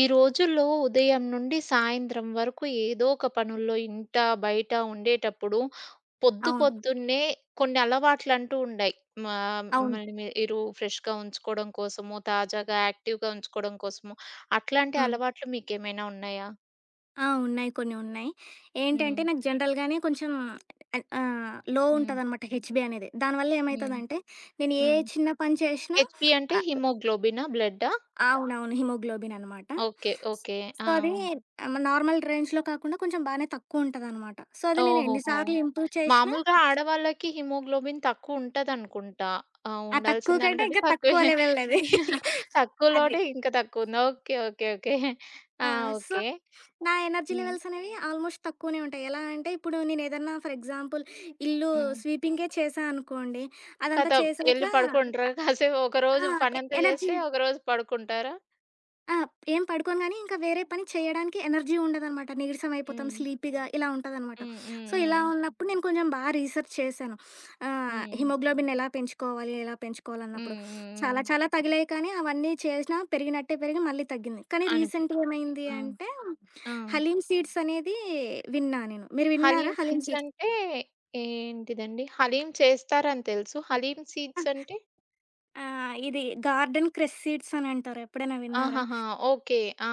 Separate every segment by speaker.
Speaker 1: ఈ రోజుల్లో ఉదయం నుండి సాయంత్రం వరకు ఏదో ఒక పనుల్లో ఇంట, బయట ఉండేటప్పుడు పొద్దు
Speaker 2: అవును.
Speaker 1: పొద్దున్నే కొన్ని అలవాట్లంటూ ఉండాయి. మా
Speaker 2: అవును.
Speaker 1: మళ్ళీ మీరు ఫ్రెష్‌గా ఉంచుకోవడం కోసమో, తాజాగా యాక్టివ్‌గా ఉంచుకోవడం కోసమో అట్లాంటి
Speaker 2: హ్మ్.
Speaker 1: అలవాట్లు మీకేమైనా ఉన్నాయా?
Speaker 2: ఆ! ఉన్నాయి. కొన్ని ఉన్నాయి.
Speaker 1: హ్మ్.
Speaker 2: ఏంటంటే నాకు జనరల్‌గానే కొంచెం ఆహ్, ఆహ్, లో
Speaker 1: హ్మ్.
Speaker 2: ఉంటదనమాట హెచ్‌బీ అనేది. దానివల్ల
Speaker 1: హ్మ్.
Speaker 2: ఏమైతదంటే నేను ఏ
Speaker 1: హ్మ్.
Speaker 2: చిన్న పని చేసినా
Speaker 1: హెచ్‌బీ అంటే
Speaker 2: ఆహ్,
Speaker 1: హిమోగ్లోబినా? బ్లడ్డా?
Speaker 2: అవునవును. హిమోగ్లోబిన్ అనమాట.
Speaker 1: ఓకే.
Speaker 2: So,
Speaker 1: okay.
Speaker 2: సో,
Speaker 1: ఆ!
Speaker 2: అది నార్మల్ రేంజ్‌లో కాకుండా కొంచెం బానే తక్కువుంటదనమాట. సో, అది నేను ఎన్ని
Speaker 1: ఓహోహో!
Speaker 2: సార్లు ఇంప్రూవ్ చేసినా
Speaker 1: మామూలుగా ఆడవాళ్ళకి హిమోగ్లోబిన్ తక్కువుంటదనుకుంటా. ఆ!
Speaker 2: ఆ తక్కువ
Speaker 1: ఉండాల్సిన
Speaker 2: కంటే
Speaker 1: దానికంటే
Speaker 2: ఇంకా తక్కువ
Speaker 1: తక్కువే.
Speaker 2: లెవెల్‌ది అది. అది.
Speaker 1: తక్కువలోనే ఇంకా తక్కువుంది. ఓకే. ఓకే. ఓకే.
Speaker 2: ఆ!
Speaker 1: ఆ!
Speaker 2: So,
Speaker 1: okay.
Speaker 2: నా ఎనర్జీ
Speaker 1: హ్మ్.
Speaker 2: లెవెల్స్ అనేవి ఆల్మోస్ట్ తక్కువనే ఉంటాయి. ఎలా అంటే ఇప్పుడు నేనేదన్నా ఫర్ ఎగ్జాంపుల్ ఇల్లు
Speaker 1: హ్మ్.
Speaker 2: స్వీపింగే చేశా అనుకోండి. అదంతా
Speaker 1: ఖతం
Speaker 2: చేశాక
Speaker 1: ఎళ్లి పడుకుంటరా? కాసేపు
Speaker 2: ఆ!
Speaker 1: ఒకరోజు
Speaker 2: ఎ
Speaker 1: పనంతా
Speaker 2: ఎనర్జీ
Speaker 1: జేస్తే, ఒకరోజు పడుకుంటారా?
Speaker 2: ఆ! ఏం పడుకోను గానీ, ఇంకా వేరే పని చేయడానికి ఎనర్జీ ఉండదనమాట. నీరసం అయిపోతాం,
Speaker 1: హ్మ్.
Speaker 2: స్లీపీగా ఇలా ఉంటదనమాట.
Speaker 1: హ్మ్. హ్మ్.
Speaker 2: సో, ఇలా
Speaker 1: హ్మ్.
Speaker 2: ఉన్నప్పుడు నేను కొంచెం బా రీసెర్చ్ చేశాను.
Speaker 1: హ్మ్.
Speaker 2: హిమోగ్లోబిన్ ఎలా పెంచుకోవాలి, ఎలా పెంచుకోవాలన్నప్పుడు.
Speaker 1: హ్మ్. హ్మ్. హ్మ్.
Speaker 2: చాలా చాలా తగిలాయి కానీ, అవన్నీ చేసినా పెరిగినట్టే పెరిగి మళ్ళీ తగ్గింది. కానీ
Speaker 1: అనిపి
Speaker 2: రీసెంట్‌గా ఏమైంది
Speaker 1: ఆ!
Speaker 2: అంటే,
Speaker 1: ఆ!
Speaker 2: హలీమ్ సీడ్స్ అనేది విన్నా నేను. మీరు విన్నారా
Speaker 1: హలీమ్
Speaker 2: హలీమ్
Speaker 1: సీడ్స్
Speaker 2: సీడ్స్?
Speaker 1: అంటే ఏంటిదండి? హలీమ్ చేస్తారని తెలుసు. హలీమ్ సీడ్స్ అంటే?
Speaker 2: ఆ! ఇది గార్డెన్ క్రెస్ సీడ్స్ అని అంటారు. ఎప్పుడైనా విన్నారా?
Speaker 1: ఆహాహా! ఓకే. ఆ!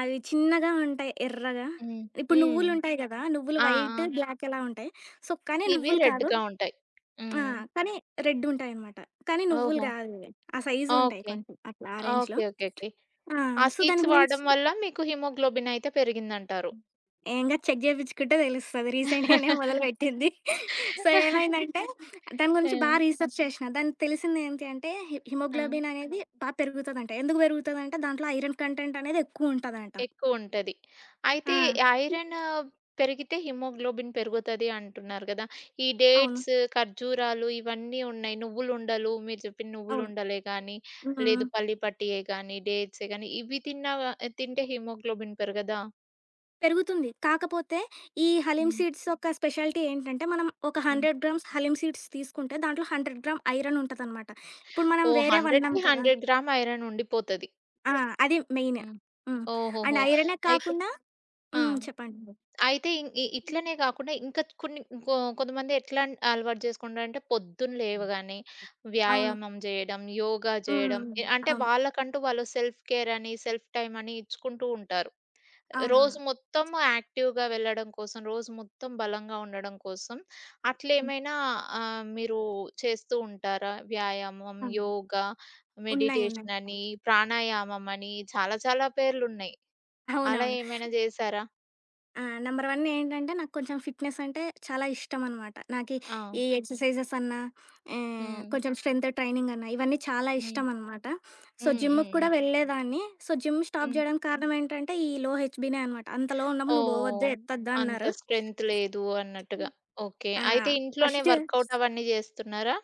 Speaker 2: అవి చిన్నగా ఉంటాయి ఎర్రగా.
Speaker 1: హ్మ్.
Speaker 2: ఇప్పుడు
Speaker 1: హ్మ్.
Speaker 2: నువ్వులుంటాయి కదా! నువ్వులు
Speaker 1: ఆ!
Speaker 2: వైట్,
Speaker 1: ఆ!
Speaker 2: బ్లాక్ ఎలా ఉంటాయి. సో, కానీ
Speaker 1: ఇవి
Speaker 2: నువ్వులు కాదు.
Speaker 1: రెడ్‌గా ఉంటాయి.
Speaker 2: ఆ!
Speaker 1: హ్మ్.
Speaker 2: కానీ రెడ్ ఉంటాయనమాట. కానీ నువ్వులు
Speaker 1: ఓహో!
Speaker 2: కాదివి. ఆ సైజుంటాయి
Speaker 1: ఓకే.
Speaker 2: కొంచెం అట్లా ఆ రేంజ్‌లో.
Speaker 1: ఓకే. ఓకే. ఓకే.
Speaker 2: ఆ!
Speaker 1: ఆ
Speaker 2: సో, దాని
Speaker 1: సీడ్స్
Speaker 2: గురించి
Speaker 1: వాడడం వల్ల మీకు హిమోగ్లోబిన్ అయితే పెరిగిందంటారు.
Speaker 2: ఏం కాదు చెక్ చేపించుకుంటే తెలుస్తది. రీసెంట్‌గానే మొదలుపెట్టింది. సో, ఏమైందంటే దాని
Speaker 1: ఆ!
Speaker 2: గురించి బా రీసెర్చ్ చేసిన. దానికి తెలిసింది ఏంటి అంటే హి
Speaker 1: ఆ!
Speaker 2: హిమోగ్లోబిన్ అనేది బా పెరుగుతదంట. ఎందుకు పెరుగుతదంటే దాంట్లో ఐరన్ కంటెంట్ అనేది ఎక్కువుంటదంట.
Speaker 1: ఎక్కువుంటది. అయితే
Speaker 2: ఆ!
Speaker 1: ఐరన్ పెరిగితే హిమోగ్లోబిన్ పెరుగుతది అంటున్నారు గదా! ఈ
Speaker 2: అవును.
Speaker 1: డేట్స్, ఖర్జూరాలు ఇవన్నీ ఉన్నాయి. నువ్వులుండలు మీరు చెప్పిన
Speaker 2: అవును.
Speaker 1: నువ్వులుండలే గానీ,
Speaker 2: హ్మ్.
Speaker 1: లేదు పల్లి పట్టియే గానీ, డేట్సే గానీ ఇవి తింటే హిమోగ్లోబిన్ పెరగదా?
Speaker 2: పెరుగుతుంది. కాకపోతే ఈ హలీమ్
Speaker 1: హ్మ్.
Speaker 2: సీడ్స్ యొక్క స్పెషాలిటీ ఏంటంటే, మనం ఒక
Speaker 1: హ్మ్.
Speaker 2: 100 గ్రామ్స్ హలీమ్ సీడ్స్ తీసుకుంటే, దాంట్లో 100 గ్రామ్ ఐరన్ ఉంటదనమాట. ఇప్పుడు మనం
Speaker 1: ఓహ్!
Speaker 2: వేరే వన్నాం
Speaker 1: 100కి
Speaker 2: కదా!
Speaker 1: 100 గ్రామ్ ఐరన్ ఉండిపోతది.
Speaker 2: ఆ! అది మెయిన్.
Speaker 1: హ్మ్.
Speaker 2: హ్మ్. అండ్
Speaker 1: ఓహోహో!
Speaker 2: ఐరనే
Speaker 1: అయితే
Speaker 2: కాకుండా
Speaker 1: ఆ!
Speaker 2: హ్మ్. చెప్పండి.
Speaker 1: అయితే ఇం ఇ ఇట్లనే గాకుండా ఇంకా కొన్ని ఇంకో కొంతమంది ఎట్లా అలవాటు చేసుకుంటారంటే పొద్దున లేవగానే
Speaker 2: అవును.
Speaker 1: వ్యాయామం జేయడం, యోగా జేయడం
Speaker 2: హ్మ్.
Speaker 1: అంటే
Speaker 2: అవును.
Speaker 1: వాళ్ళకంటూ వాళ్ళు సెల్ఫ్ కేర్ అని, సెల్ఫ్ టైమ్ అని ఇచ్చుకుంటూ ఉంటారు.
Speaker 2: అవునవును.
Speaker 1: రోజు మొత్తం యాక్టివ్‌గా వెళ్ళడం కోసం, రోజు మొత్తం బలంగా ఉండడం కోసం
Speaker 2: హ్మ్.
Speaker 1: అట్లేమైనా మీరు చేస్తూ ఉంటారా? వ్యాయామం,
Speaker 2: అవును.
Speaker 1: యోగా,
Speaker 2: ఉన్నాయి. ఉన్నాయి.
Speaker 1: మెడిటేషన్ అని, ప్రాణాయామం అని చాలా చాలా పేర్లున్నాయి. అలా
Speaker 2: అవునవును.
Speaker 1: ఏమైనా జేశారా?
Speaker 2: ఆ! నంబర్ 1 ఏంటంటే నాకు కొంచెం ఫిట్‌నెస్ అంటే చాలా ఇష్టమనమాట. నాకి
Speaker 1: ఆ!
Speaker 2: ఈ ఎక్సర్‌సైజెస్ అన్నా,
Speaker 1: హ్మ్.
Speaker 2: కొంచెం స్ట్రెంత్ ట్రైనింగ్ అన్నా ఇవన్నీ చాలా
Speaker 1: హ్మ్.
Speaker 2: ఇష్టమనమాట. సో,
Speaker 1: హ్మ్.
Speaker 2: జిమ్‌కి
Speaker 1: హ్మ్.
Speaker 2: కూడా
Speaker 1: హ్మ్.
Speaker 2: వెళ్ళేదాన్ని. సో, జిమ్ స్టాప్
Speaker 1: హ్మ్.
Speaker 2: చేయడానికి కారణం ఏంటంటే ఈ లో హెచ్‌బీనే అనమాట. అంత లో ఉన్నప్పుడు నువ్వు పోవద్దు,
Speaker 1: ఓహ్!
Speaker 2: ఎత్తొద్దు అన్నారు.
Speaker 1: అంత స్ట్రెంత్ లేదు అన్నట్టుగా. ఓకే.
Speaker 2: ఆ!
Speaker 1: అయితే ఇంట్లోనే
Speaker 2: ఫస్ట్
Speaker 1: వర్కౌట్ అవన్నీ జేస్తున్నారా?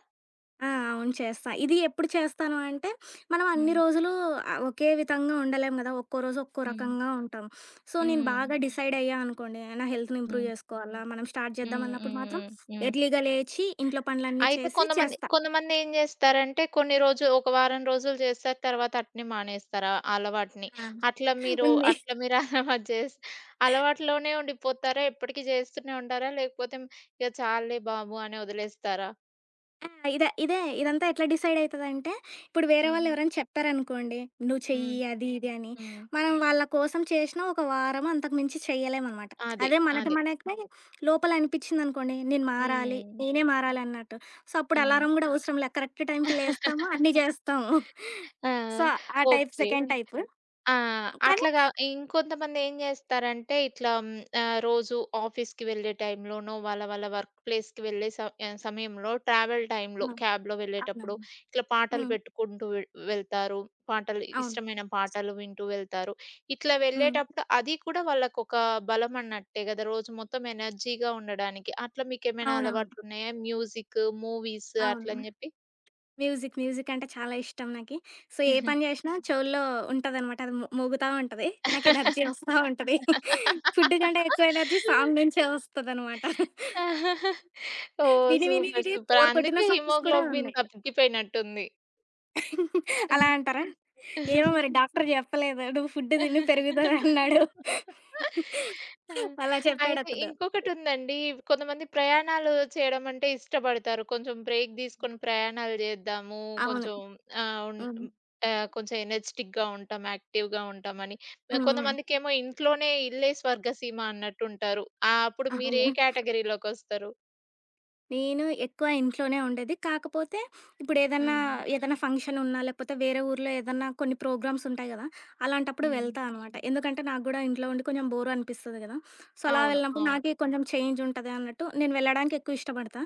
Speaker 2: ఆ! అవును. చేస్తా. ఇది ఎప్పుడు చేస్తాను అంటే, మనం అన్ని
Speaker 1: హ్మ్.
Speaker 2: రోజులు ఒకే విధంగా ఉండలేం గదా! ఒక్కో రోజు ఒక్కో
Speaker 1: హ్మ్.
Speaker 2: రకంగా ఉంటాం. సో, నేను
Speaker 1: హ్మ్.
Speaker 2: బాగా డిసైడ్ అయ్యా అనుకోండి, నా హెల్త్‌ని ఇంప్రూవ్
Speaker 1: హ్మ్.
Speaker 2: చేసుకోవాలా, మనం స్టార్ట్
Speaker 1: హ్మ్.
Speaker 2: చేద్దాం
Speaker 1: హ్మ్.
Speaker 2: అన్నప్పుడు మాత్రం
Speaker 1: హ్మ్. హ్మ్.
Speaker 2: ఎర్లీగా లేచి, ఇంట్లో పనులన్నీ
Speaker 1: అయితే
Speaker 2: చేసి
Speaker 1: కొంతమంది
Speaker 2: చేస్తా.
Speaker 1: కొంతమందేం జేస్తారంటే కొన్ని రోజులు ఒక వారం రోజులు జేస్తారు. తర్వాత అట్నే మానేస్తారు ఆ అలవాటుని.
Speaker 2: ఆ! ఉంది.
Speaker 1: అట్లా మీరు అలవాటు జేసి అలవాటులోనే ఉండిపోతారా? ఎప్పటికి జేస్తూనే ఉంటారా? లేకపోతే ఇగ చాల్లే బాబు అని వదిలేస్తారా?
Speaker 2: ఆ! ఇదే, ఇదంతా ఎట్లా డిసైడ్ అయితదంటే, ఇప్పుడు వేరే వాళ్ళు
Speaker 1: హ్మ్.
Speaker 2: ఎవరైనా చెప్పారనుకోండి, "నువ్వు చెయ్యి
Speaker 1: హ్మ్.
Speaker 2: అది ఇది" అని.
Speaker 1: హ్మ్.
Speaker 2: మనం వాళ్ళ కోసం చేసినా ఒక వారం అంతకు మించి చెయ్యలేమనమాట.
Speaker 1: అది.
Speaker 2: అదే మనకి
Speaker 1: అది.
Speaker 2: మనకి లోపల అనిపిచ్చిందనుకోండి, "నేను మారాలి,
Speaker 1: హ్మ్.
Speaker 2: నేనే మారాలి" అన్నట్టు. సో, అప్పుడు
Speaker 1: ఆ!
Speaker 2: అలారం గూడా అవసరం లే. కరెక్ట్ టైంకి లేస్తాము, అన్నీ జేస్తాము.
Speaker 1: ఆ!
Speaker 2: సో, ఆ టైప్
Speaker 1: ఓకే.
Speaker 2: Second type.
Speaker 1: ఆ!
Speaker 2: కానీ
Speaker 1: అట్లాగా ఇంకొంతమంది ఏం జేస్తారంటే ఇట్లా హ్మ్, రోజు ఆఫీస్‌కి వెళ్ళే టైంలోనో, వాళ్ళ వాళ్ళ వర్క్ ప్లేస్‌కి వెళ్ళే ఆహ్, సమయంలో ట్రావెల్ టైంలో
Speaker 2: హ్మ్.
Speaker 1: క్యాబ్‌లో వెళ్ళేటప్పుడు
Speaker 2: అవునవును.
Speaker 1: ఇట్లా పాటలు
Speaker 2: హ్మ్.
Speaker 1: పెట్టుకుంటూ వెళ్తారు. పాటలు
Speaker 2: అవును.
Speaker 1: ఇష్టమైన పాటలు వింటూ వెళ్తారు. ఇట్లా
Speaker 2: హ్మ్.
Speaker 1: వెళ్ళేటప్పుడు అది కూడా వాళ్ళకొక బలం అన్నట్టే గదా! రోజు మొత్తం ఎనర్జీగా ఉండడానికి. అట్లా మీకేమైనా
Speaker 2: అవునవును.
Speaker 1: అలవాట్లున్నాయా? మ్యూజిక్, మూవీస్
Speaker 2: అవును.
Speaker 1: అట్లని జెప్పి?
Speaker 2: మ్యూజిక్. మ్యూజిక్ అంటే చాలా ఇష్టం నాకి. సో, ఏ పని జేసినా చెవుల్లో ఉంటదనమాట. అది మోగుతా ఉంటది. నాకు ఎనర్జీ వస్తా ఉంటది. ఫుడ్ కంటే ఎక్కువ ఎనర్జీ సాంగ్ నుంచే వస్తదనమాట.
Speaker 1: ఓహ్!
Speaker 2: విని, విని,
Speaker 1: సూపర్.
Speaker 2: విని
Speaker 1: సూపర్.
Speaker 2: బోర్ కొట్టిన
Speaker 1: అందుకే
Speaker 2: సాంగ్స్ కూడా
Speaker 1: హిమోగ్లోబిన్
Speaker 2: ఉన్నాయి.
Speaker 1: తగ్గిపోయినట్టుంది.
Speaker 2: అలా అంటారా? ఏమో మరి డాక్టర్ జెప్పలేదు. నువ్వు ఫుడ్ తిను పెరుగుతదన్నాడు.
Speaker 1: ఆ!
Speaker 2: అలా
Speaker 1: అయితే
Speaker 2: చెప్పాడతను.
Speaker 1: ఇంకొకటుందండి. కొంతమంది ప్రయాణాలు చేయడం అంటే ఇష్టపడతారు. కొంచెం బ్రేక్ తీసుకొని ప్రయాణాలు చేద్దాము.
Speaker 2: అవును.
Speaker 1: కొంచెం ఆహ్, ఉన్
Speaker 2: హ్మ్.
Speaker 1: ఆహ్, కొంచెం ఎనర్జిటిక్‌గా ఉంటాం, యాక్టివ్‌గా ఉంటామని.
Speaker 2: హ్మ్. హ్మ్.
Speaker 1: కొంతమందికేమో ఇంట్లోనే ఇల్లే స్వర్గసీమ అన్నట్టుంటారు. ఆహ్, అప్పుడు మీరు ఏ
Speaker 2: అవును.
Speaker 1: కేటగరీలోకొస్తారు?
Speaker 2: నేను ఎక్కువ ఇంట్లోనే ఉండేది. కాకపోతే ఇప్పుడేదన్నా,
Speaker 1: హ్మ్.
Speaker 2: ఏదైనా ఫంక్షన్ ఉన్నా, లేకపోతే వేరే ఊర్లో ఏదన్నా కొన్ని ప్రోగ్రామ్స్ ఉంటాయి గదా! అలాంటప్పుడు
Speaker 1: హ్మ్.
Speaker 2: వెళ్తా అనమాట. ఎందుకంటే నాకు గూడా ఇంట్లో ఉండి కొంచెం బోర్ అనిపిస్తది గదా! సో, అలా
Speaker 1: అవును.
Speaker 2: వెళ్ళినప్పుడు
Speaker 1: అవును.
Speaker 2: నాకే కొంచెం చేంజ్ ఉంటది అన్నట్టు నేను వెళ్ళడానికి ఎక్కువ ఇష్టపడతా.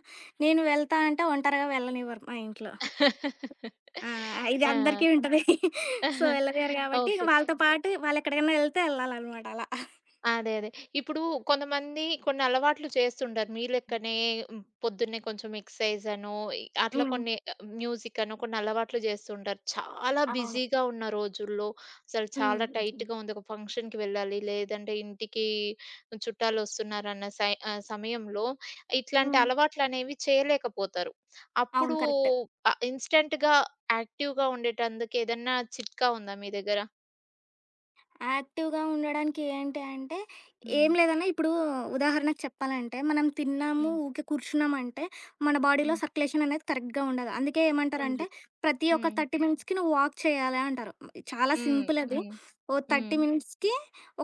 Speaker 2: నేను వెళ్తా అంటే ఒంటరిగా వెళ్ళనివ్వరు మా ఇంట్లో. ఆ! ఇది
Speaker 1: ఆ!
Speaker 2: అందరికీ ఉంటది. సో, వెళ్ళనివ్వరు గాబట్టి ఇగ
Speaker 1: ఓకే.
Speaker 2: వాళ్ళతో పాటు వాళ్ళెక్కడికన్నా ఎళ్తే ఎళ్ళాలనమాట అలా.
Speaker 1: అదే. అదే. ఇప్పుడు కొంతమంది కొన్ని అలవాట్లు చేస్తుంటారు. మీ లెక్కనే హ్మ్. పొద్దున్నే కొంచెం ఎక్సర్‌సైజ్ అనో, అట్లా
Speaker 2: హ్మ్.
Speaker 1: కొన్ని మ్యూజిక్ అనో కొన్ని అలవాట్లు చేస్తుంటారు. చాలా
Speaker 2: అవును.
Speaker 1: బిజీగా ఉన్న రోజుల్లో, అసలు చాలా
Speaker 2: హ్మ్.
Speaker 1: టైట్‌గా ఉంది. ఒక ఫంక్షన్‌కి వెళ్ళాలి, లేదంటే ఇంటికి చుట్టాలొస్తున్నారన్న ఆహ్, సమయంలో ఇట్లాంటి
Speaker 2: హ్మ్.
Speaker 1: అలవాట్లనేవి చేయలేకపోతారు.
Speaker 2: అవును.
Speaker 1: అప్పుడు
Speaker 2: కరెక్ట్.
Speaker 1: ఇన్‌స్టంట్‌గా యాక్టివ్‌గా ఉండేటందుకు ఏదన్నా చిట్కా ఉందా మీ దగ్గర?
Speaker 2: యాక్టివ్‌గా ఉండడానికి ఏంటి అంటే,
Speaker 1: హ్మ్.
Speaker 2: ఏం లేదన్నా ఇప్పుడు ఉదాహరణకు చెప్పాలంటే, మనం తిన్నాము,
Speaker 1: హ్మ్.
Speaker 2: ఊకే కూర్చున్నామంటే, మన బాడీలో
Speaker 1: హ్మ్.
Speaker 2: సర్క్యులేషన్ అనేది కరెక్ట్‌గా ఉండదు. అందుకే ఏమంటారంటే,
Speaker 1: ఉండదు.
Speaker 2: ప్రతి ఒక్క
Speaker 1: హ్మ్.
Speaker 2: 30 మినిట్స్‌కి నువ్వు వాక్ చేయాలి అంటారు. చాలా
Speaker 1: హ్మ్.
Speaker 2: సింపుల్ అది. అదే.
Speaker 1: హ్మ్.
Speaker 2: ఓ
Speaker 1: హ్మ్.
Speaker 2: 30 మినిట్స్‌కి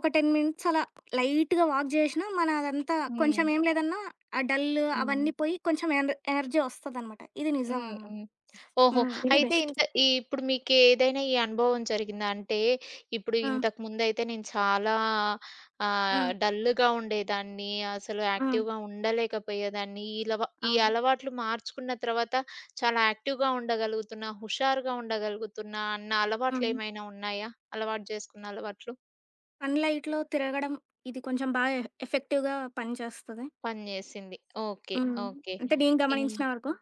Speaker 2: ఒక 10 మినిట్స్ అలా లైట్‌గా వాక్ చేసినా, మన అదంతా
Speaker 1: హ్మ్.
Speaker 2: కొంచెం ఏం లేదన్నా ఆ డల్
Speaker 1: హ్మ్.
Speaker 2: అవన్నీ పోయి కొంచెం ఎనర్జీ వస్తదనమాట. ఇది నిజం
Speaker 1: హ్మ్.
Speaker 2: అనమాట.
Speaker 1: హ్మ్. ఓహో!
Speaker 2: హ్మ్. ఇది
Speaker 1: అయితే
Speaker 2: బెస్ట్.
Speaker 1: ఇంత ఈ ఇప్పుడు మీకేదైనా ఈ అనుభవం జరిగిందా? అంటే ఇప్పుడు
Speaker 2: హ్మ్.
Speaker 1: ఇంతకుముందయితే నేను చాలా
Speaker 2: హ్మ్.
Speaker 1: డల్‌గా ఉండేదాన్ని. అసలు
Speaker 2: హ్మ్.
Speaker 1: యాక్టివ్‌గా ఉండలేకపోయేదాన్ని. ఈ
Speaker 2: అవును.
Speaker 1: అలవాట్లు మార్చుకున్న తర్వాత చాలా యాక్టివ్‌గా ఉండగలుగుతున్నా, హుషారుగా ఉండగలుగుతున్నా అన్న
Speaker 2: హ్మ్.
Speaker 1: అలవాట్లేమైనా ఉన్నాయా? అలవాటు చేసుకున్న అలవాట్లు?
Speaker 2: సన్ లైట్‌లో తిరగడం ఇది కొంచెం బాగా ఎఫెక్టివ్‌గా పనిచేస్తది.
Speaker 1: పని చేసింది. ఓకే.
Speaker 2: హ్మ్.
Speaker 1: ఓకే.
Speaker 2: అంటే నేను
Speaker 1: ఇం
Speaker 2: గమనించిన వరకు.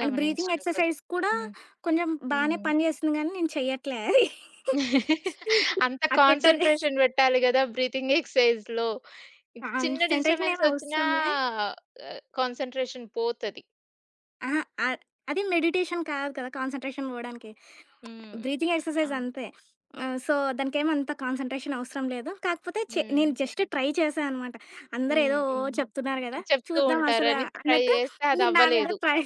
Speaker 2: అండ్ బ్రీతింగ్
Speaker 1: గమనించినంత వరకు.
Speaker 2: ఎక్సర్‌సైజ్ కూడా
Speaker 1: హ్మ్.
Speaker 2: కొంచెం బానే
Speaker 1: హ్మ్.
Speaker 2: పనిచేస్తుంది గానీ నేను చెయ్యట్లే అది.
Speaker 1: అంత
Speaker 2: అట్లుంటది.
Speaker 1: కాన్సంట్రేషన్ పెట్టాలి గదా! బ్రీతింగ్ ఎక్సర్‌సైజ్‌లో. చిన్న
Speaker 2: కాన్సంట్రేషన్
Speaker 1: డిస్టర్బెన్స్
Speaker 2: ఏమి
Speaker 1: ఒచ్చినా
Speaker 2: అవసరంలే.
Speaker 1: కాన్సంట్రేషన్ పోతది.
Speaker 2: అహా! అ అది మెడిటేషన్ కాదు కదా! కాన్సంట్రేషన్ పోవడానికి.
Speaker 1: హ్మ్.
Speaker 2: బ్రీతింగ్ ఎక్సర్‌సైజ్
Speaker 1: అవును.
Speaker 2: అంతే. సో, దానికేమంత కాన్సంట్రేషన్ అవసరం లేదు. కాకపోతే నేను
Speaker 1: హ్మ్.
Speaker 2: జస్ట్ ట్రై చేశా అనమాట. అందరేదో
Speaker 1: హ్మ్.
Speaker 2: ఓ
Speaker 1: హ్మ్.
Speaker 2: చెప్తున్నారు గదా!
Speaker 1: చెప్తూ
Speaker 2: చూద్దాం అసల
Speaker 1: ఉంటారని ట్రై
Speaker 2: అన్నట్టు
Speaker 1: జేస్తే అది
Speaker 2: నేను నా మీద
Speaker 1: అవ్వలేదు.
Speaker 2: ట్రై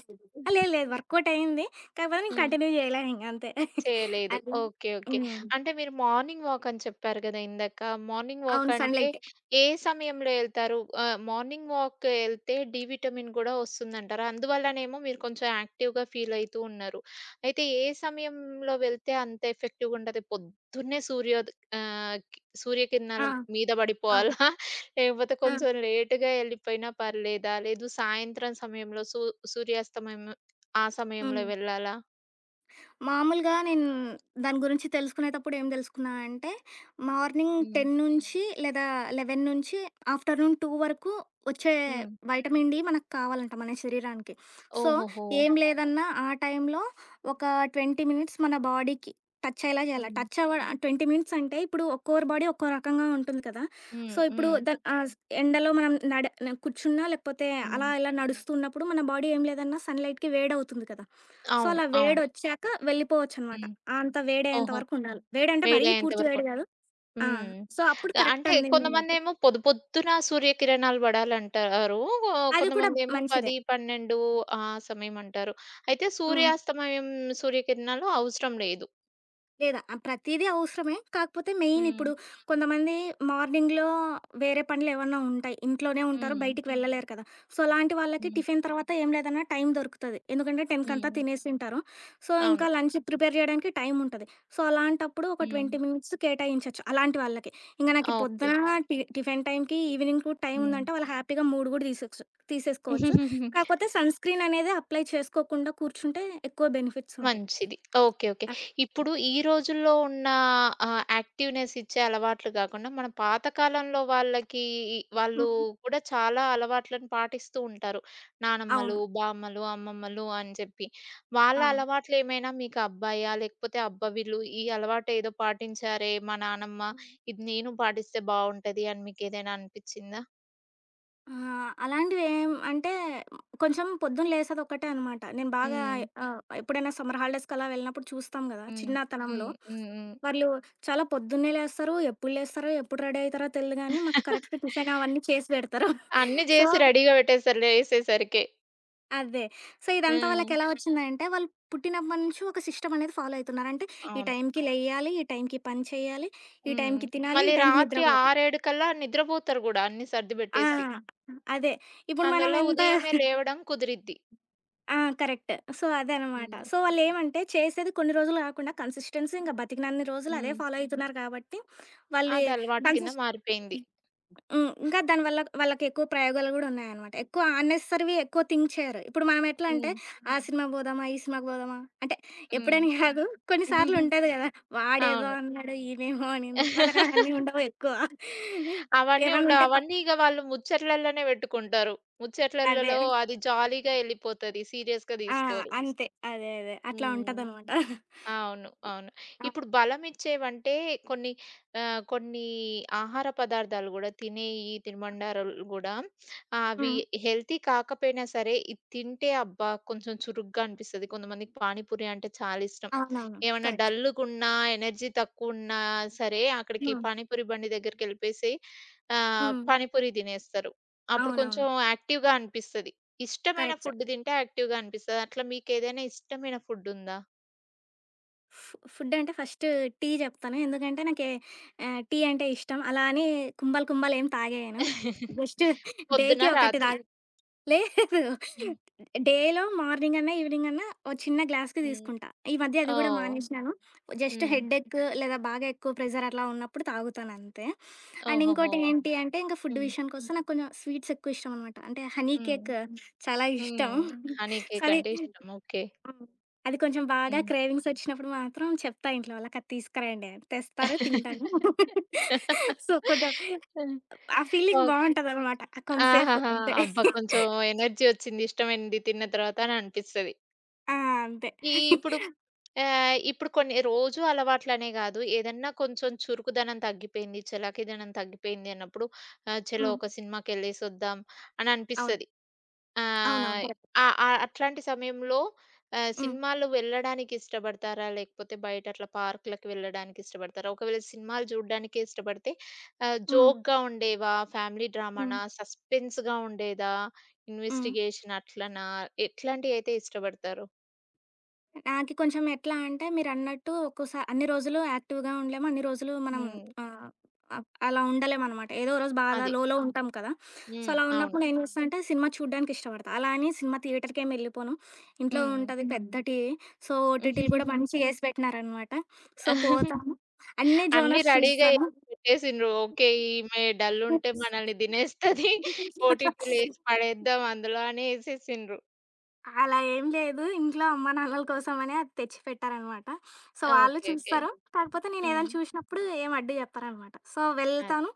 Speaker 2: ఆ! లేదు లేదు. వర్కౌట్ అయింది. కాకపోతే నేను
Speaker 1: హ్మ్.
Speaker 2: కంటిన్యూ జేయలే ఇంగ అంతే.
Speaker 1: చేయలేదు.
Speaker 2: అది.
Speaker 1: ఓకే. ఓకే.
Speaker 2: హ్మ్.
Speaker 1: అంటే మీరు మార్నింగ్ వాక్ అని చెప్పారు గదా! ఇందాక. మార్నింగ్ వాక్
Speaker 2: అవును.
Speaker 1: అంటే
Speaker 2: సన్‌లైట్.
Speaker 1: ఏ సమయంలో ఎళ్తారు? ఆహ్, మార్నింగ్ వాక్ ఎళ్తే డి విటమిన్ గూడా వస్తుందంటారా? అందువల్లనేమో మీరు కొంచెం యాక్టివ్‌గా ఫీల్ అయితూ ఉన్నారు. అయితే ఏ సమయంలో వెళ్తే అంత ఎఫెక్టివ్‌గా ఉంటది? పొద్దున్నే ఆహ్, కి సూర్యకిరణాల
Speaker 2: ఆ!
Speaker 1: మీద
Speaker 2: అవును.
Speaker 1: పడిపోవాలా? లేకపోతే
Speaker 2: ఆ!
Speaker 1: కొంచెం లేట్‌గా ఎళ్ళిపోయినా పర్లేదా? లేదు సాయంత్రం సమయంలో సూర్యాస్తమయం ఆ సమయంలో
Speaker 2: హ్మ్.
Speaker 1: వెళ్ళాలా?
Speaker 2: మామూలుగా నేను దాని గురించి తెలుసుకునేటప్పుడు ఏం తెలుసుకున్నా అంటే మార్నింగ్
Speaker 1: హ్మ్.
Speaker 2: 10 నుంచి లేదా 11 నుంచి ఆఫ్టర్నూన్ 2 వరకు వచ్చే
Speaker 1: హ్మ్.
Speaker 2: వైటమిన్ డి మనకు కావాలంట మన శరీరానికి. సో,
Speaker 1: ఓహోహో!
Speaker 2: ఏం లేదన్నా ఆ టైంలో ఒక 20 మినిట్స్ మన బాడీకి టచ్ అయ్యేలా చేయాలి.
Speaker 1: హ్మ్.
Speaker 2: టచ్ అవ్వ 20 మినిట్స్ అంటే ఇప్పుడు ఒక్కోరి బాడీ ఒక్కో రకంగా ఉంటుంది కదా! సో,
Speaker 1: హ్మ్.
Speaker 2: ఇప్పుడు
Speaker 1: హ్మ్.
Speaker 2: హ్మ్. ద ఎండలో మనం నడ కూర్చున్నా లేకపోతే అలా
Speaker 1: హ్మ్.
Speaker 2: ఇలా నడుస్తున్నప్పుడు మన బాడీ ఏం లేదన్నా సన్‌లైట్‌కి వేడవుతుంది కదా! సో,
Speaker 1: అవును.
Speaker 2: అలా
Speaker 1: అవును.
Speaker 2: వేడొచ్చాక వెళ్ళిపోవచ్చనమాట.
Speaker 1: హ్మ్.
Speaker 2: అంత వేడయ్యేంత
Speaker 1: ఓహో!
Speaker 2: వరకుండాలి. వేడంటే మరీ
Speaker 1: వేడయ్యేంత
Speaker 2: పూర్తి
Speaker 1: వరకు.
Speaker 2: వేడి గాదు. ఆ!
Speaker 1: హ్మ్.
Speaker 2: సో, అప్పుడు కరెక్ట్
Speaker 1: అంటే
Speaker 2: అందిందన్నట్టు.
Speaker 1: కొంతమందేమో పొద్దు పొద్దున సూర్యకిరణాలు పడాలంటారు.
Speaker 2: అది కూడా
Speaker 1: కొంతమందేమో
Speaker 2: మంచిదే.
Speaker 1: 10, 12 ఆ సమయం అంటారు. అయితే
Speaker 2: హ్మ్.
Speaker 1: సూర్యాస్తమయం సూర్యకిరణాలు అవసరం లేదు.
Speaker 2: లేదా ఆ ప్రతీదీ అవసరమే. కాకపోతే మెయిన్
Speaker 1: హ్మ్.
Speaker 2: ఇప్పుడు కొంతమంది మార్నింగ్‌లో వేరే పనులు ఏవన్నా ఉంటాయి. ఇంట్లోనే ఉంటారు.
Speaker 1: హ్మ్.
Speaker 2: బయటికి హ్మ్. వెళ్ళలేరు కదా! సో, అలాంటి వాళ్ళకి
Speaker 1: హ్మ్.
Speaker 2: టిఫిన్ తర్వాత ఏం లేదన్నా టైం దొరుకుతది. ఎందుకంటే 10 కంతా
Speaker 1: హ్మ్.
Speaker 2: తినేసింటారు. సో, ఇంకా
Speaker 1: అవును.
Speaker 2: లంచ్ ప్రిపేర్ చేయడానికి టైం ఉంటది. సో, అలాంటప్పుడు ఒక 20
Speaker 1: హ్మ్.
Speaker 2: మినిట్స్ కేటాయించొచ్చు అలాంటి వాళ్ళకి. ఇంక నాకు ఈ
Speaker 1: ఓకే.
Speaker 2: పొద్దున టిఫిన్ టైంకి, ఈవినింగ్‌కి టైం
Speaker 1: హ్మ్.
Speaker 2: ఉందంటే వాళ్ళు హ్యాపీగా మూడు కూడా తీసేయొచ్చు తీసేసుకోవచ్చు. కాకపోతే సన్ స్క్రీన్ అనేది అప్లై చేసుకోకుండా కూర్చుంటే ఎక్కువ బెనిఫిట్స్ ఉంటాయి.
Speaker 1: మంచిది. ఓకే. ఓకే.
Speaker 2: అ
Speaker 1: ఇప్పుడు ఈ రోజుల్లో ఉన్న ఆహ్, యాక్టివ్‌నెస్ ఇచ్చే అలవాట్లు గాకుండా, మన పాత కాలంలో వాళ్ళకి వాళ్ళు
Speaker 2: హ్మ్.
Speaker 1: కూడా చాలా అలవాట్లను పాటిస్తూ ఉంటారు.
Speaker 2: అవును.
Speaker 1: నానమ్మలు, బామ్మలు, అమ్మమ్మలు అని చెప్పి. వాళ్ళ
Speaker 2: అవును.
Speaker 1: అలవాట్లేమైనా మీకు అబ్బాయా? లేకపోతే అబ్బా! వీళ్ళు ఈ అలవాటు ఏదో పాటించారే మా నానమ్మ, ఇది నేను పాటిస్తే బావుంటది అని మీకేదైనా అనిపిచ్చిందా?
Speaker 2: ఆ! అలాంటివేం అంటే కొంచెం పొద్దున లేసేదొక్కటే అనమాట. నేను బాగా
Speaker 1: హ్మ్.
Speaker 2: ఎప్పుడైనా సమ్మర్ హాలిడేస్‌కి అలా వెళ్ళినప్పుడు చూస్తాం గదా! అవును.
Speaker 1: హ్మ్.
Speaker 2: చిన్నతనంలో.
Speaker 1: హ్మ్. హ్మ్. హ్మ్.
Speaker 2: వాళ్ళు చాలా పొద్దున్నే లేస్తారు. ఎప్పుడు లేస్తారో, ఎప్పుడు రెడీ అయితారో తెలీదు గానీ, మాకు కరెక్ట్ టిఫిన్ అవన్నీ చేసి పెడతారు.
Speaker 1: అన్నీ
Speaker 2: సో,
Speaker 1: జేసి రెడీగా పెట్టేస్తారు లేసేసరికే.
Speaker 2: అదే. సో, ఇదంతా
Speaker 1: హ్మ్.
Speaker 2: వాళ్ళకెలా వచ్చిందంటే, వాళ్ళు పుట్టినప్పటి నుంచి ఒక సిస్టమ్ అనేది ఫాలో అయితున్నారు. అంటే ఈ
Speaker 1: అవును.
Speaker 2: టైంకి లెయ్యాలి, ఈ టైంకి పని చేయాలి, ఈ
Speaker 1: హ్మ్.
Speaker 2: టైంకి తినాలి, ఈ
Speaker 1: మళ్ళీ
Speaker 2: టైంకి
Speaker 1: రాత్రి
Speaker 2: నిద్రపోవాలి.
Speaker 1: 6, 7 కల్లా నిద్రపోతారు గూడా అన్నీ
Speaker 2: ఆ!
Speaker 1: సర్దిబెట్టేసి.
Speaker 2: అదే. ఇప్పుడు మనం
Speaker 1: అందువల్ల
Speaker 2: ఎంత
Speaker 1: ఉదయమే లేవడం కుదిరిద్ది.
Speaker 2: ఆ! కరెక్ట్. సో, అదనమాట.
Speaker 1: హ్మ్.
Speaker 2: సో, వాళ్ళేమంటే చేసేది కొన్ని రోజులు కాకుండా కన్సిస్టెన్సీ ఇంక బతికినన్ని రోజులు అదే
Speaker 1: హ్మ్.
Speaker 2: ఫాలో అయితున్నారు కాబట్టి, వాళ్ళు ఏ
Speaker 1: అది అలవాటు కింద
Speaker 2: కన్సిస్
Speaker 1: మారిపోయింది.
Speaker 2: హ్మ్. ఇంకా దానివల్ల వాళ్ళకెక్కువ ప్రయోగాలు గూడా ఉన్నాయనమాట. ఎక్కువ అన్నెసెసరీవి ఎక్కువ థింక్ చేయరు. ఇప్పుడు మనం ఎట్లా అంటే,
Speaker 1: హ్మ్.
Speaker 2: ఆ సినిమాకి బోదామా? ఈ సినిమాకి బోదామా? అంటే
Speaker 1: హ్మ్.
Speaker 2: ఎప్పుడని గాదు. కొన్నిసార్లు ఉంటది గదా! వాడేదో
Speaker 1: అవును.
Speaker 2: అన్నాడు, ఈమేమో అనింది. వాళ్ళకవన్నీ ఉండవు ఎక్కువ.
Speaker 1: అవన్నీ
Speaker 2: ఏమన్నా
Speaker 1: ఉండవు.
Speaker 2: ఉంటే పక్
Speaker 1: అవన్నీ ఇగ వాళ్ళు ముచ్చట్లలోనే పెట్టుకుంటారు.
Speaker 2: అదే.
Speaker 1: ముచ్చట్లలలో అది జాలీగా ఎళ్ళిపోతది. సీరియస్‌గా
Speaker 2: ఆ!
Speaker 1: తీసుకోరు.
Speaker 2: అంతే. అదే. అదే. అట్లా
Speaker 1: హ్మ్.
Speaker 2: ఉంటదనమాట.
Speaker 1: అవును. అవును.
Speaker 2: ఆ!
Speaker 1: ఇప్పుడు బలమిచ్చేవంటే కొన్ని కొన్ని ఆహార పదార్థాలు గూడా తినే ఈ తినుబండారాలు గూడా అవి
Speaker 2: హ్మ్.
Speaker 1: హెల్తీ కాకపోయినా సరే, ఇది తింటే అబ్బా! కొంచెం చురుగ్గా అనిపిస్తది. కొంతమందికి పానీపూరి అంటే చాలా ఇష్టం.
Speaker 2: అవునవును.
Speaker 1: ఏమన్నా
Speaker 2: కరెక్ట్.
Speaker 1: డల్లుగున్నా, ఎనర్జీ తక్కువున్నా సరే, అక్కడికి
Speaker 2: హ్మ్.
Speaker 1: పానీపూరి బండి దగ్గరికెళ్ళిపోయేసి
Speaker 2: హ్మ్.
Speaker 1: పానీపూరి తినేస్తారు. అప్పుడు
Speaker 2: అవునవును.
Speaker 1: కొంచెం యాక్టివ్‌గా అనిపిస్తది. ఇష్టమైన
Speaker 2: కరెక్ట్.
Speaker 1: ఫుడ్ తింటే యాక్టివ్‌గా అనిపిస్తది. అట్లా మీకేదైనా ఇష్టమైన ఫుడ్ ఉందా?
Speaker 2: ఫుడ్ అంటే ఫస్ట్ టీ చెప్తాను. ఎందుకంటే నాకి టీ అంటే ఇష్టం. అలా అని కుంభాలు కుంభాలు ఏం తాగేయను. జస్ట్
Speaker 1: పొద్దున,
Speaker 2: డేకి ఒకటి
Speaker 1: రాత్రి.
Speaker 2: తాగుతా. లేదు.
Speaker 1: హ్మ్.
Speaker 2: డేలో మార్నింగ్ అన్నా, ఈవినింగ్ అన్నా ఓ చిన్న గ్లాస్‌కి
Speaker 1: హ్మ్.
Speaker 2: తీసుకుంటా. ఈ మధ్య అది గూడా
Speaker 1: ఓహ్!
Speaker 2: మానేసినాను. జస్ట్
Speaker 1: హ్మ్.
Speaker 2: హెడేక్ లేదా బాగా ఎక్కువ ప్రెషర్ అట్లా ఉన్నప్పుడు తాగుతానంతే. అండ్
Speaker 1: ఓహోహో!
Speaker 2: ఇంకోటి ఏంటి అంటే, ఇంక ఫుడ్
Speaker 1: హ్మ్.
Speaker 2: విషయానికొస్తే నాకు కొంచెం స్వీట్స్ ఎక్కువ ఇష్టం అనమాట. అంటే హనీ
Speaker 1: హ్మ్.
Speaker 2: కేక్ చాలా ఇష్టం.
Speaker 1: హ్మ్. హనీ
Speaker 2: సో,
Speaker 1: కేక్
Speaker 2: అది
Speaker 1: అంటే ఇష్టం. ఓకే.
Speaker 2: హ్మ్. అది కొంచెం బాగా
Speaker 1: హ్మ్.
Speaker 2: క్రేవింగ్స్ వచ్చినప్పుడు మాత్రం చెప్తా ఇంట్లో వాళ్ళకి అది తీసుకురండి అని. తెస్తారు, తింటాను. సో, కొంచెం
Speaker 1: హ్మ్.
Speaker 2: ఆ ఫీలింగ్
Speaker 1: ఓకే.
Speaker 2: బావుంటదనమాట కొంసేపు
Speaker 1: ఆహాహా!
Speaker 2: అంతే.
Speaker 1: అబ్బా! కొంచెం ఎనర్జీ వచ్చింది. ఇష్టమైనది తిన్న తర్వాత అని అనిపిస్తది.
Speaker 2: ఆ! అంతే.
Speaker 1: ఇప్పుడు ఆహ్, ఇప్పుడు కొన్ని రోజు అలవాట్లనే కాదు. ఏదన్నా కొంచెం చురుకుదనం తగ్గిపోయింది, చలాకీదనం తగ్గిపోయింది అన్నప్పుడు ఆహ్, చలో
Speaker 2: హ్మ్.
Speaker 1: ఒక సినిమాకెళ్ళేసొద్దాం అని
Speaker 2: అవును.
Speaker 1: అనిపిస్తది.
Speaker 2: అవునవును.
Speaker 1: ఆహ్,
Speaker 2: కరెక్ట్.
Speaker 1: ఆ! ఆ! అట్లాంటి సమయంలో
Speaker 2: హ్మ్.
Speaker 1: సినిమాలు వెళ్ళడానికి ఇష్టపడతారా? లేకపోతే బయట అట్లా పార్కులకి వెళ్ళడానికి ఇష్టపడతారా? ఒకవేళ సినిమాలు చూడ్డానికే ఇష్టపడితే
Speaker 2: హ్మ్.
Speaker 1: జోక్‌గా ఉండేవా? ఫ్యామిలీ
Speaker 2: హ్మ్.
Speaker 1: డ్రామానా? సస్పెన్స్‌గా ఉండేదా?
Speaker 2: హ్మ్.
Speaker 1: ఇన్వెస్టిగేషన్ అట్లనా? ఎట్లాంటియైతే ఇష్టపడతారు?
Speaker 2: నాకి కొంచెం ఎట్లా అంటే మీరన్నట్టు ఒక్కోసా అన్ని రోజులు యాక్టివ్‌గా ఉండలేము. అన్ని రోజులు మనం
Speaker 1: హ్మ్.
Speaker 2: ఆహ్, అలా ఉండలేమనమాట. ఏదో ఓ రోజు బాధ
Speaker 1: అది.
Speaker 2: లోలో ఉంటాం కదా! సో,
Speaker 1: హ్మ్.
Speaker 2: అలా
Speaker 1: అవును.
Speaker 2: ఉన్నప్పుడు నేను చేస్తా అంటే సినిమా చూడ్డానికి ఇష్టపడతా. అలా అని సినిమా థియేటర్‌కేమి వెళ్ళిపోను. ఇంట్లో
Speaker 1: హ్మ్.
Speaker 2: ఉంటది పెద్ద టీవీ. సో, ఓటీటీలు కూడా మంచిగా ఏసి పెట్టినారనమాట. సో, పోతాను. అన్ని
Speaker 1: అన్నీ
Speaker 2: జోనర్స్
Speaker 1: రెడీగా
Speaker 2: చూస్తాను.
Speaker 1: ఏసి పెట్టేసిండ్రు. ఓకే. ఈమె డల్లుంటే మనల్ని తినేస్తది. ఓటీటీలో ఏసి పడేద్దాం అందులో అని ఏసేసిండ్రు.
Speaker 2: అలా ఏం లేదు. ఇంట్లో అమ్మ, నాన్నల కోసమనే అది తెచ్చిపెట్టారనమాట. సో, వాళ్ళు
Speaker 1: ఓకే. ఓకే.
Speaker 2: చూస్తారు. కాకపోతే
Speaker 1: హ్మ్.
Speaker 2: నేనేదైనా చూసినప్పుడు ఏం అడ్డు చెప్పరనమాట. సో,
Speaker 1: అది.
Speaker 2: వెళ్తాను.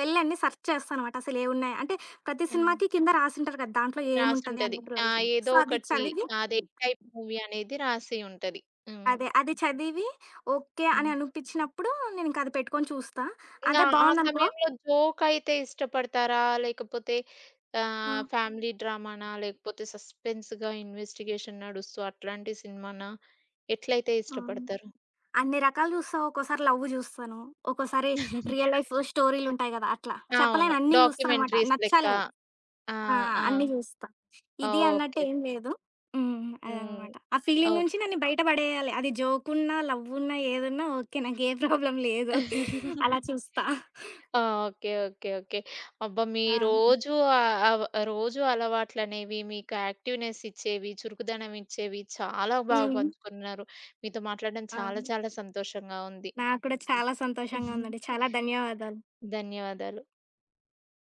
Speaker 2: వెళ్ళి అన్నీ సెర్చ్ చేస్తానమాట. అసలేవున్నాయి అంటే ప్రతి
Speaker 1: హ్మ్.
Speaker 2: సినిమాకి కింద రాసుంటారు కదా! దాంట్లో ఏముంటది
Speaker 1: రాసుంటది.
Speaker 2: అన్నట్టు
Speaker 1: ఆ!
Speaker 2: లైన్సు.
Speaker 1: ఏదో
Speaker 2: సో, అది
Speaker 1: ఒకటి
Speaker 2: చదివి
Speaker 1: అదే టైప్ మూవీ అనేది రాసి ఉంటది. హ్మ్.
Speaker 2: అది చదివి ఓకే అని
Speaker 1: హ్మ్.
Speaker 2: అనిపించినప్పుడు నేనింక అది పెట్టుకొని చూస్తా.
Speaker 1: ఇంగా
Speaker 2: అదే
Speaker 1: ఆ
Speaker 2: బావుందనుకో
Speaker 1: సమయంలో జోకయితే ఇష్టపడతారా? లేకపోతే ఆహ్,
Speaker 2: హ్మ్.
Speaker 1: ఫ్యామిలీ డ్రామానా? లేకపోతే సస్పెన్స్‌గా ఇన్వెస్టిగేషన్ నడుస్తూ అట్లాంటి సినిమానా? ఎట్లయితే
Speaker 2: హ్మ్.
Speaker 1: ఇష్టపడతారు?
Speaker 2: అన్ని రకాలు చూస్తా. ఒక్కోసారి లవ్ జూస్తాను. ఒక్కోసారి రియల్ లైఫ్ స్టోరీలుంటాయి గదా! అట్లా.
Speaker 1: అవును.
Speaker 2: చెప్పలేను అన్నీ చూస్తానమాట.
Speaker 1: డాక్యుమెంటరీస్ లెక్క.
Speaker 2: నచ్చాలవి.
Speaker 1: ఆ!
Speaker 2: ఆ!
Speaker 1: ఆ!
Speaker 2: అన్నీ జూస్తా. ఇది
Speaker 1: ఓకే.
Speaker 2: అన్నట్టేం లేదు. హ్మ్.
Speaker 1: హ్మ్.
Speaker 2: అదనమాట. ఆ ఫీలింగ్
Speaker 1: ఓహ్! ఆ!
Speaker 2: నుంచి నన్ను బయట పడేయాలి. అది జోకున్నా, లవ్వున్నా, ఏదున్నా ఓకే. నాకు ఏ ప్రాబ్లమ్ లేదు. అలా చూస్తా.
Speaker 1: ఓకే. ఓకే. ఓకే. అబ్బా! మీ
Speaker 2: ఆ!
Speaker 1: రోజు ఆహ్, అవ్ రోజు అలవాట్లనేవి, మీకు యాక్టివ్‌నెస్ ఇచ్చేవి, చురుకుదనం ఇచ్చేవి చాలా బాగా
Speaker 2: హ్మ్.
Speaker 1: పంచుకున్నారు. మీతో మాట్లాడడం చాలా
Speaker 2: అవును.
Speaker 1: చాలా సంతోషంగా ఉంది.
Speaker 2: నాకు కూడా చాలా సంతోషంగా ఉందండి. చాలా ధన్యవాదాలు.
Speaker 1: ధన్యవాదాలు.